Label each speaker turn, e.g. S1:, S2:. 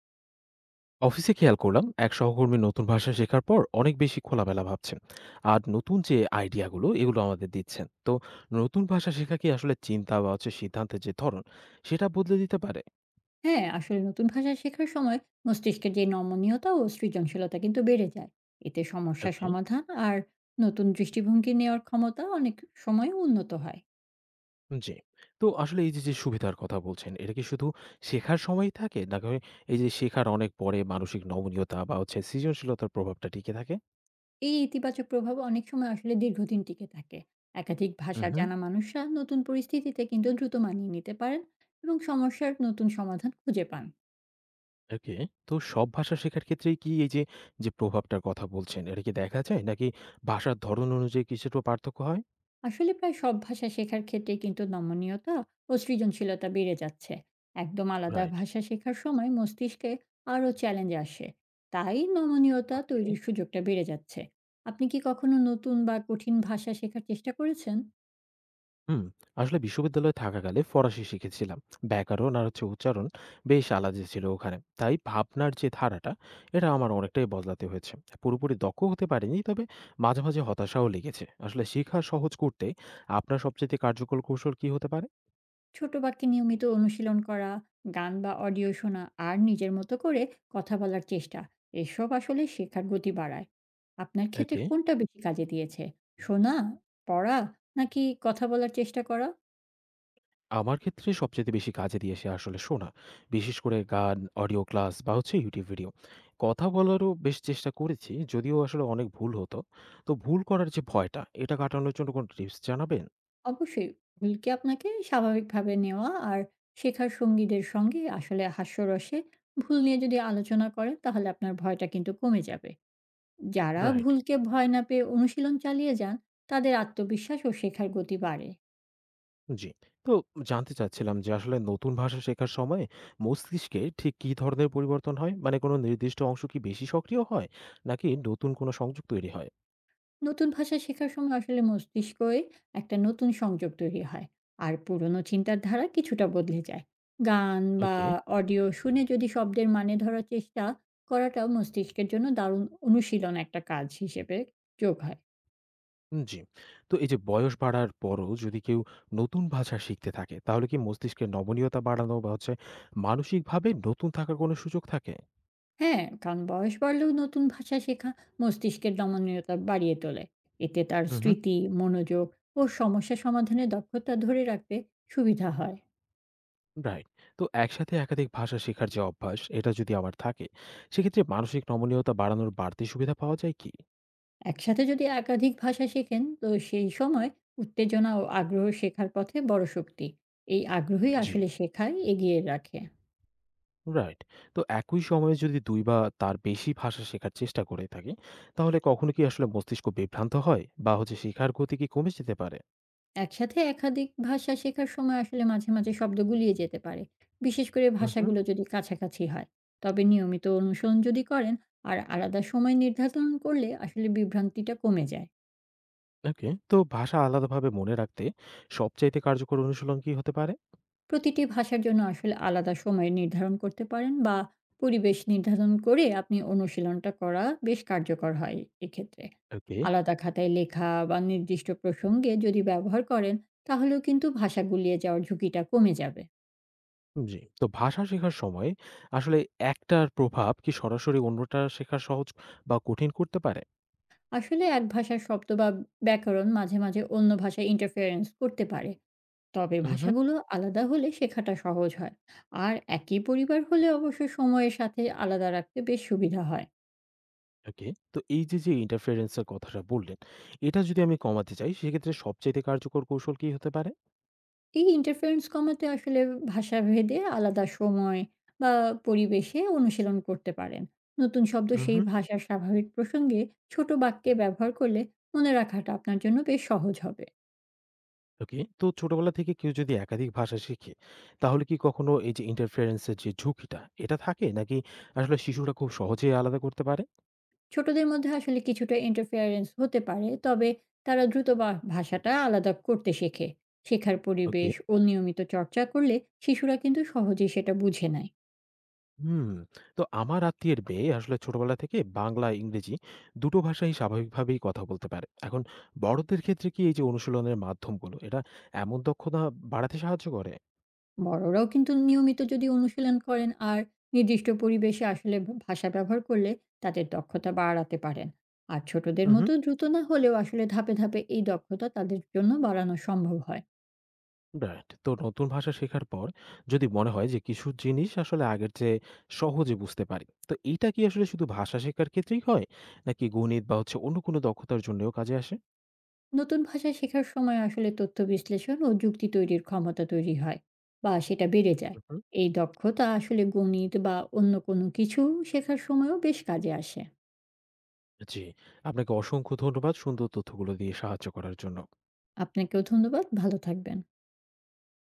S1: অফিসে খেয়াল করলাম এক সহকর্মী নতুন ভাষা শেখার পর অনেক বেশি খোলামেলা ভাবছেন আর নতুন যে আইডিয়াগুলো এগুলো আমাদের দিচ্ছেন। তো নতুন ভাষা শেখা কি আসলে চিন্তা বা সিদ্ধান্তের যে ধরন সেটা বদলে দিতে পারে?
S2: হ্যাঁ, আসলে নতুন ভাষা শেখার সময় মস্তিষ্কের যে নমনীয়তা ও সৃজনশীলতা কিন্তু বেড়ে যায়। এতে সমস্যা
S1: ওকে।
S2: সমাধান আর নতুন দৃষ্টিভঙ্গি নেওয়ার ক্ষমতা অনেক সময় উন্নত হয়।
S1: জি। তো আসলে এই যে যে সুবিধার কথা বলছেন এটা কি শুধু শেখার সময়ই থাকে, নাকি এই যে শেখার অনেক পরে মানসিক নমনীয়তা বা সৃজনশীলতার প্রভাবটা টিকে থাকে?
S2: এই ইতিবাচক প্রভাব অনেক সময় আসলে দীর্ঘদিন টিকে থাকে। একাধিক ভাষা
S1: হুম।
S2: জানা মানুষরা নতুন পরিস্থিতিতে কিন্তু দ্রুত মানিয়ে নিতে পারেন এবং সমস্যার নতুন সমাধান খুঁজে পান।
S1: ওকে। তো সব ভাষা শেখার ক্ষেত্রেই কি এই যে যে প্রভাবটার কথা বলছেন এটা কি দেখা যায়, নাকি ভাষার ধরন অনুযায়ী কিছুটা পার্থক্য হয়?
S2: আসলে প্রায় সব ভাষা শেখার ক্ষেত্রে কিন্তু নমনীয়তা ও সৃজনশীলতা বেড়ে যাচ্ছে। একদম আলাদা
S1: রাইট।
S2: ভাষা শেখার সময় মস্তিষ্কে আরও চ্যালেঞ্জ আসে, তাই নমনীয়তা
S1: ওকে।
S2: তৈরির সুযোগটা বেড়ে যাচ্ছে। আপনি কি কখনো নতুন বা কঠিন ভাষা শেখার চেষ্টা করেছেন?
S1: হুম। আসলে বিশ্ববিদ্যালয়ে থাকাকালে ফরাসি শিখেছিলাম। ব্যাকরণ আর উচ্চারণ বেশ আলাদা ছিল ওখানে। তাই ভাবনার যে ধারাটা, এটা আমার অনেকটাই বদলাতে হয়েছে। পুরোপুরি দক্ষ হতে পারিনি, তবে মাঝে, মাঝে হতাশাও লেগেছে। আসলে শিখা সহজ করতে আপনার সবচাইতে কার্যকর কৌশল কি হতে পারে?
S2: ছোট বাক্যে নিয়মিত অনুশীলন করা, গান বা অডিও শোনা, আর নিজের মতো করে কথা বলার চেষ্টা, এসব আসলে শেখার গতি বাড়ায়। আপনার ক্ষেত্রে
S1: ওকে।
S2: কোনটা বেশি কাজে দিয়েছে? শোনা, পড়া, নাকি কথা বলার চেষ্টা করা?
S1: আমার ক্ষেত্রে সবচাইতে বেশি কাজে দিয়েছে আসলে শোনা। বিশেষ করে গান, অডিও ক্লাস বা YouTube ভিডিও। কথা বলারও বেশ চেষ্টা করেছি, যদিও আসলে অনেক ভুল হতো। তো ভুল করার যে ভয়টা, এটা কাটানোর জন্য কোনো টিপস জানাবেন?
S2: অবশ্যই, ভুলকে আপনাকে স্বাভাবিকভাবে নেওয়া আর শেখার সঙ্গীদের সঙ্গে আসলে হাস্যরসে ভুল নিয়ে যদি আলোচনা করেন তাহলে আপনার ভয়টা কিন্তু কমে যাবে। যারা
S1: রাইট।
S2: ভুলকে ভয় না পেয়ে অনুশীলন চালিয়ে যান, তাদের আত্মবিশ্বাস ও শেখার গতি বাড়ে।
S1: জি। তো জানতে চাচ্ছিলাম যে আসলে নতুন ভাষা শেখার সময় মস্তিষ্কে ঠিক কী ধরনের পরিবর্তন হয়? মানে কোনো নির্দিষ্ট অংশ কি বেশি সক্রিয় হয়, নাকি নতুন কোনো সংযোগ তৈরি হয়?
S2: নতুন ভাষা শেখার সময় আসলে মস্তিষ্কয়ে একটা নতুন সংযোগ তৈরি হয়, আর পুরনো চিন্তার ধারা কিছুটা বদলে যায়। গান বা
S1: ওকে।
S2: অডিও শুনে যদি শব্দের মানে ধরার চেষ্টা করাটাও মস্তিষ্কের জন্য দারুণ অনুশীলন একটা কাজ হিসেবে যোগ হয়।
S1: উম জি। তো এই যে বয়স বাড়ার পরও যদি কেউ নতুন ভাষা শিখতে থাকে, তাহলে কি মস্তিষ্কের নমনীয়তা বাড়ানো বা মানসিকভাবে নতুন থাকার কোনো সুযোগ থাকে?
S2: হ্যাঁ, কারণ বয়স বাড়লেও নতুন ভাষা শেখা মস্তিষ্কের নমনীয়তা বাড়িয়ে তোলে। এতে তার
S1: উহু।
S2: স্মৃতি, মনোযোগ ও সমস্যা সমাধানের দক্ষতা ধরে রাখতে সুবিধা হয়।
S1: রাইট। তো একসাথে একাধিক ভাষা শেখার যে অভ্যাস, এটা যদি আমার থাকে, সেক্ষেত্রে মানসিক নমনীয়তা বাড়ানোর বাড়তি সুবিধা পাওয়া যায় কি?
S2: একসাথে যদি একাধিক ভাষা শেখেন তো সেই সময় উত্তেজনা ও আগ্রহ শেখার পথে বড় শক্তি। এই আগ্রহই
S1: জি।
S2: আসলে শেখায় এগিয়ে রাখে।
S1: রাইট। তো একই সময়ে যদি ২ বা তার বেশি ভাষা শেখার চেষ্টা করে থাকি, তাহলে কখনো কি আসলে মস্তিষ্ক বিভ্রান্ত হয় বা শেখার গতি কি কমে যেতে পারে?
S2: একসাথে একাধিক ভাষা শেখার সময় আসলে মাঝে, মাঝে শব্দ গুলিয়ে যেতে পারে। বিশেষ করে ভাষাগুলো যদি কাছাকাছি হয়। তবে নিয়মিত অনুসরণ যদি করেন আর আলাদা সময় নির্ধারণ করলে আসলে বিভ্রান্তিটা কমে যায়।
S1: ওকে। তো ভাষা আলাদাভাবে মনে রাখতে সবচাইতে কার্যকর অনুশীলন কি হতে পারে?
S2: প্রতিটি ভাষার জন্য আসলে আলাদা সময় নির্ধারণ করতে পারেন বা পরিবেশ নির্ধারণ করে আপনি অনুশীলনটা করা বেশ কার্যকর হয় এক্ষেত্রে।
S1: ওকে।
S2: আলাদা খাতায় লেখা বা নির্দিষ্ট প্রসঙ্গে যদি ব্যবহার করেন তাহলেও কিন্তু ভাষা গুলিয়ে যাওয়ার ঝুঁকিটা কমে যাবে।
S1: জি। তো ভাষা শেখার সময় আসলে একটার প্রভাব কি সরাসরি অন্যটা শেখা সহজ বা কঠিন করতে পারে?
S2: আসলে এক ভাষার শব্দ বা ব্যাকরণ মাঝে মাঝে অন্য ভাষায় ইন্টারফারেন্স করতে পারে। তবে
S1: হুম, হুম।
S2: ভাষাগুলো আলাদা হলে শেখাটা সহজ হয়, আর একই পরিবার হলে অবশ্য সময়ের সাথে আলাদা রাখতে বেশ সুবিধা হয়।
S1: ওকে। তো এই যে, ইন্টারফারেন্স এর কথাটা বললেন, এটা যদি আমি কমাতে চাই সেক্ষেত্রে সবচাইতে কার্যকর কৌশল কি হতে পারে?
S2: এই ইন্টারফারেন্স কমাতে আসলে ভাষাভেদে আলাদা সময় বা পরিবেশে অনুশীলন করতে পারেন। নতুন শব্দ
S1: হুম,
S2: সেই
S1: হুম।
S2: ভাষার স্বাভাবিক প্রসঙ্গে ছোট বাক্যে ব্যবহার করলে মনে রাখাটা আপনার জন্য বেশ সহজ হবে।
S1: ওকে। তো ছোটবেলা থেকে কেউ যদি একাধিক ভাষা শিখে তাহলে কি কখনো এই যে ইন্টারফারেন্স এর যে ঝুঁকিটা এটা থাকে, নাকি আসলে শিশুরা খুব সহজেই আলাদা করতে পারে?
S2: ছোটদের মধ্যে আসলে কিছুটা ইন্টারফারেন্স হতে পারে, তবে তারা দ্রুত বা ভাষাটা আলাদা করতে শেখে। শেখার
S1: ওকে।
S2: পরিবেশ ও নিয়মিত চর্চা করলে শিশুরা কিন্তু সহজেই সেটা বুঝে নেয়।
S1: হুম, তো আমার আত্মীয়ের মেয়ে আসলে ছোটবেলা থেকে বাংলা, ইংরেজি দুটো ভাষাই স্বাভাবিকভাবেই কথা বলতে পারে। এখন বড়দের ক্ষেত্রে কি এই যে অনুশীলনের মাধ্যমগুলো, এটা এমন দক্ষতা বাড়াতে সাহায্য করে?
S2: বড়রাও কিন্তু নিয়মিত যদি অনুশীলন করেন আর নির্দিষ্ট পরিবেশে আসলে ভাষা ব্যবহার করলে তাদের দক্ষতা বাড়াতে পারেন। আর ছোটদের
S1: হুম।
S2: মতো দ্রুত না হলেও আসলে ধাপে, ধাপে এই দক্ষতা তাদের জন্য বাড়ানো সম্ভব হয়।
S1: রাইট। তো নতুন ভাষা শেখার পর যদি মনে হয় যে কিছু জিনিস আসলে আগের চেয়ে সহজে বুঝতে পারি, তো এইটা কি আসলে শুধু ভাষা শেখার ক্ষেত্রেই হয়? নাকি গণিত বা অন্য কোনো দক্ষতার জন্যও কাজে আসে?
S2: নতুন ভাষা শেখার সময় আসলে তথ্য বিশ্লেষণ ও যুক্তি তৈরির ক্ষমতা তৈরি হয় বা সেটা বেড়ে যায়।
S1: হুম।
S2: এই দক্ষতা আসলে গণিত বা অন্য কোনো কিছু শেখার সময়ও বেশ কাজে আসে।
S1: জি, আপনাকে অসংখ্য ধন্যবাদ সুন্দর তথ্যগুলো দিয়ে সাহায্য করার জন্য।
S2: আপনাকেও ধন্যবাদ, ভালো থাকবেন।